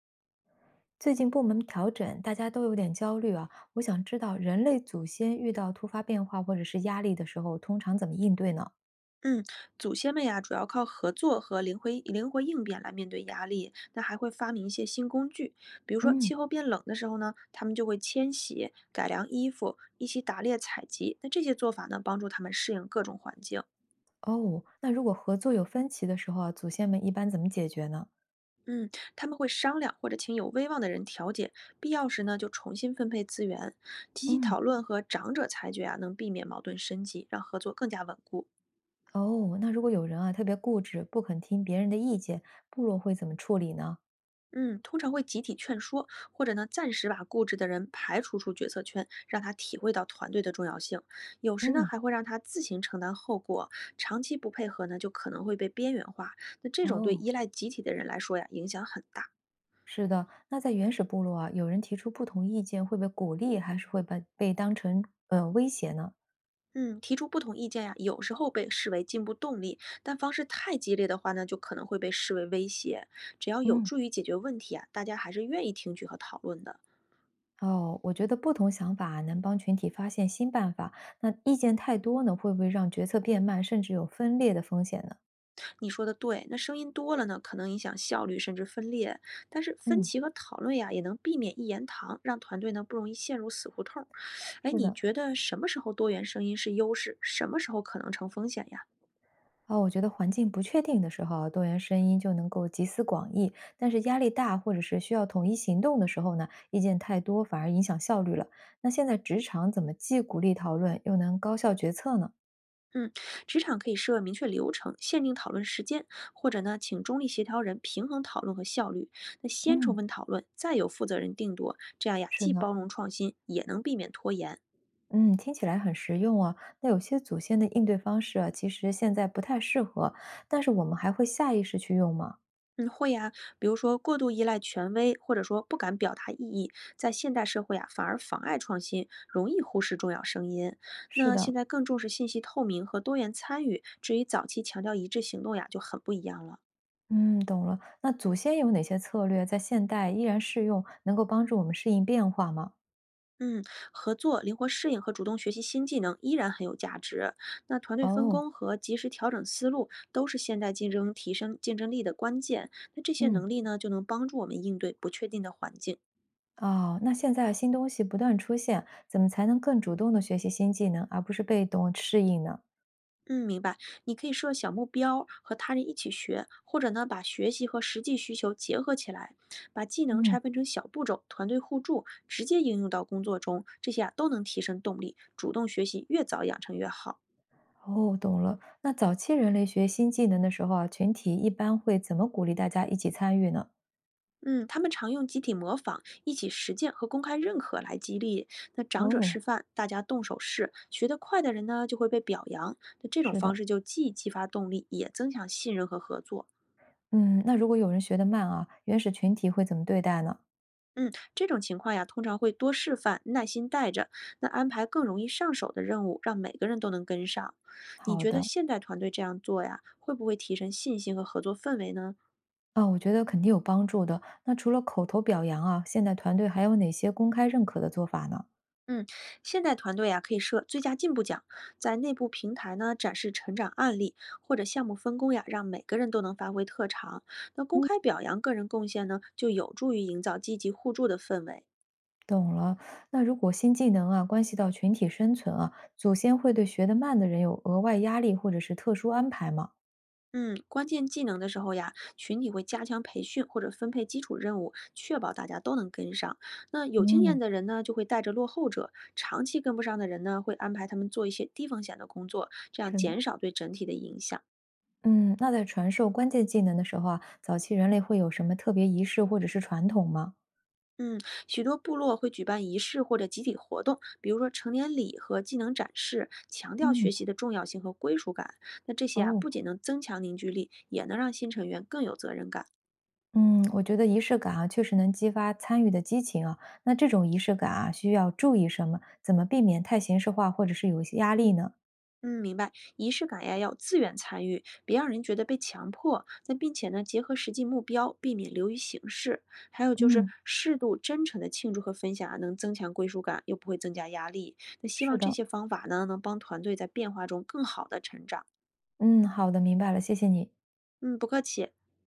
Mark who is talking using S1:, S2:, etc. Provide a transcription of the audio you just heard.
S1: 最近部门调整，大家都有点焦虑啊。我想知道，人类祖先遇到突发变化或者是压力的时候，通常怎么应对呢？
S2: 嗯，祖先们呀，主要靠合作和灵活应变来面对压力。那还会发明一些新工具，比如说
S1: 嗯，
S2: 气候变冷的时候呢，他们就会迁徙、改良衣服，一起打猎采集。那这些做法呢，帮助他们适应各种环境。
S1: 哦，那如果合作有分歧的时候啊，祖先们一般怎么解决呢？
S2: 嗯，他们会商量或者请有威望的人调解，必要时呢就重新分配资源，集体
S1: 嗯，
S2: 讨论和长者裁决啊，能避免矛盾升级，让合作更加稳固。
S1: 哦，那如果有人啊特别固执，不肯听别人的意见，部落会怎么处理呢？
S2: 嗯，通常会集体劝说，或者呢暂时把固执的人排除出决策圈，让他体会到团队的重要性。有时呢
S1: 嗯，
S2: 还会让他自行承担后果，长期不配合呢就可能会被边缘化。那这种对
S1: 哦，
S2: 依赖集体的人来说呀，影响很大。
S1: 是的，那在原始部落啊，有人提出不同意见会被鼓励，还是会被当成威胁呢？
S2: 嗯，提出不同意见呀，有时候被视为进步动力，但方式太激烈的话呢，就可能会被视为威胁。只要有
S1: 嗯。
S2: 助于解决问题啊，大家还是愿意听取和讨论的。
S1: 哦，我觉得不同想法能帮群体发现新办法，那意见太多呢，会不会让决策变慢，甚至有分裂的风险呢？
S2: 你说的对，那声音多了呢，可能影响效率甚至分裂。但是分
S1: 嗯，
S2: 歧和讨论呀，也能避免一言堂，让团队呢不容易陷入死胡同儿。哎，
S1: 是
S2: 你
S1: 的，
S2: 觉得什么时候多元声音是优势，什么时候可能成风险呀？
S1: 我觉得环境不确定的时候啊，多元声音就能够集思广益；但是压力大或者是需要统一行动的时候呢，意见太多反而影响效率了。那现在职场怎么既鼓励讨论，又能高效决策呢？
S2: 嗯，职场可以设明确流程，限定讨论时间，或者呢，请中立协调人平衡讨论和效率。那先充
S1: 嗯，
S2: 分讨论，再有负责人定夺，这样呀，
S1: 是
S2: 既
S1: 的。
S2: 包容创新，也能避免拖延。
S1: 嗯，听起来很实用啊。那有些祖先的应对方式啊，其实现在不太适合，但是我们还会下意识去用吗？
S2: 嗯，会呀、比如说过度依赖权威，或者说不敢表达异议，在现代社会啊，反而妨碍创新，容易忽视重要声音。
S1: 是
S2: 那现
S1: 的，
S2: 在更重视信息透明和多元参与，至于早期强调一致行动呀，就很不一样了。
S1: 嗯，懂了。那祖先有哪些策略在现代依然适用，能够帮助我们适应变化吗？
S2: 嗯，合作、灵活适应和主动学习新技能依然很有价值。那团队分
S1: 哦，
S2: 工和及时调整思路都是现代竞争提升竞争力的关键。那这些
S1: 嗯，
S2: 能力呢，就能帮助我们应对不确定的环境。
S1: 哦，那现在新东西不断出现，怎么才能更主动的学习新技能，而不是被动适应呢？
S2: 嗯，明白。你可以设小目标，和他人一起学，或者呢，把学习和实际需求结合起来，把技能
S1: 嗯，
S2: 拆分成小步骤，团队互助，直接应用到工作中，这些啊都能提升动力，主动学习越早养成越好。
S1: 哦，懂了。那早期人类学新技能的时候啊，群体一般会怎么鼓励大家一起参与呢？
S2: 嗯，他们常用集体模仿、一起实践和公开认可来激励。那长者
S1: 哦，
S2: 示范，大家动手试，学得快的人呢就会被表扬。那这种
S1: 是
S2: 方
S1: 的。
S2: 式就既激发动力，也增强信任和合作。
S1: 嗯，那如果有人学得慢啊，原始群体会怎么对待呢？
S2: 嗯，这种情况呀，通常会多示范，耐心带着，那安排更容易上手的任务，让每个人都能跟上。你
S1: 好
S2: 觉得
S1: 的，
S2: 现代团队这样做呀，会不会提升信心和合作氛围呢？
S1: 啊，我觉得肯定有帮助的。那除了口头表扬啊，现代团队还有哪些公开认可的做法呢？
S2: 嗯，现代团队呀，可以设最佳进步奖，在内部平台呢展示成长案例或者项目分工呀，让每个人都能发挥特长。那公
S1: 嗯，
S2: 开表扬个人贡献呢，就有助于营造积极互助的氛围。
S1: 懂了。那如果新技能啊，关系到群体生存啊，祖先会对学得慢的人有额外压力或者是特殊安排吗？
S2: 嗯，关键技能的时候呀，群体会加强培训或者分配基础任务，确保大家都能跟上。那有经验
S1: 嗯，
S2: 的人呢，就会带着落后者；长期跟不上的人呢，会安排他们做一些低风险的工作，这样
S1: 是的。
S2: 减少对整体的影响。
S1: 嗯，那在传授关键技能的时候啊，早期人类会有什么特别仪式或者是传统吗？
S2: 嗯，许多部落会举办仪式或者集体活动，比如说成年礼和技能展示，强调学
S1: 嗯，
S2: 习的重要性和归属感。那这些啊，不
S1: 哦。
S2: 仅能增强凝聚力，也能让新成员更有责任感。
S1: 嗯，我觉得仪式感啊，确实能激发参与的激情啊。那这种仪式感啊，需要注意什么？怎么避免太形式化，或者是有一些压力呢？
S2: 嗯，明白。仪式感呀，要自愿参与，别让人觉得被强迫。那并且呢，结合实际目标，避免流于形式。还有就是
S1: 嗯，
S2: 适度真诚的庆祝和分享啊，能增强归属感，又不会增加压力。那希
S1: 是
S2: 望这
S1: 的，
S2: 些方法呢，能帮团队在变化中更好的成长。
S1: 嗯，好的，明白了，谢谢你。
S2: 嗯，不客气。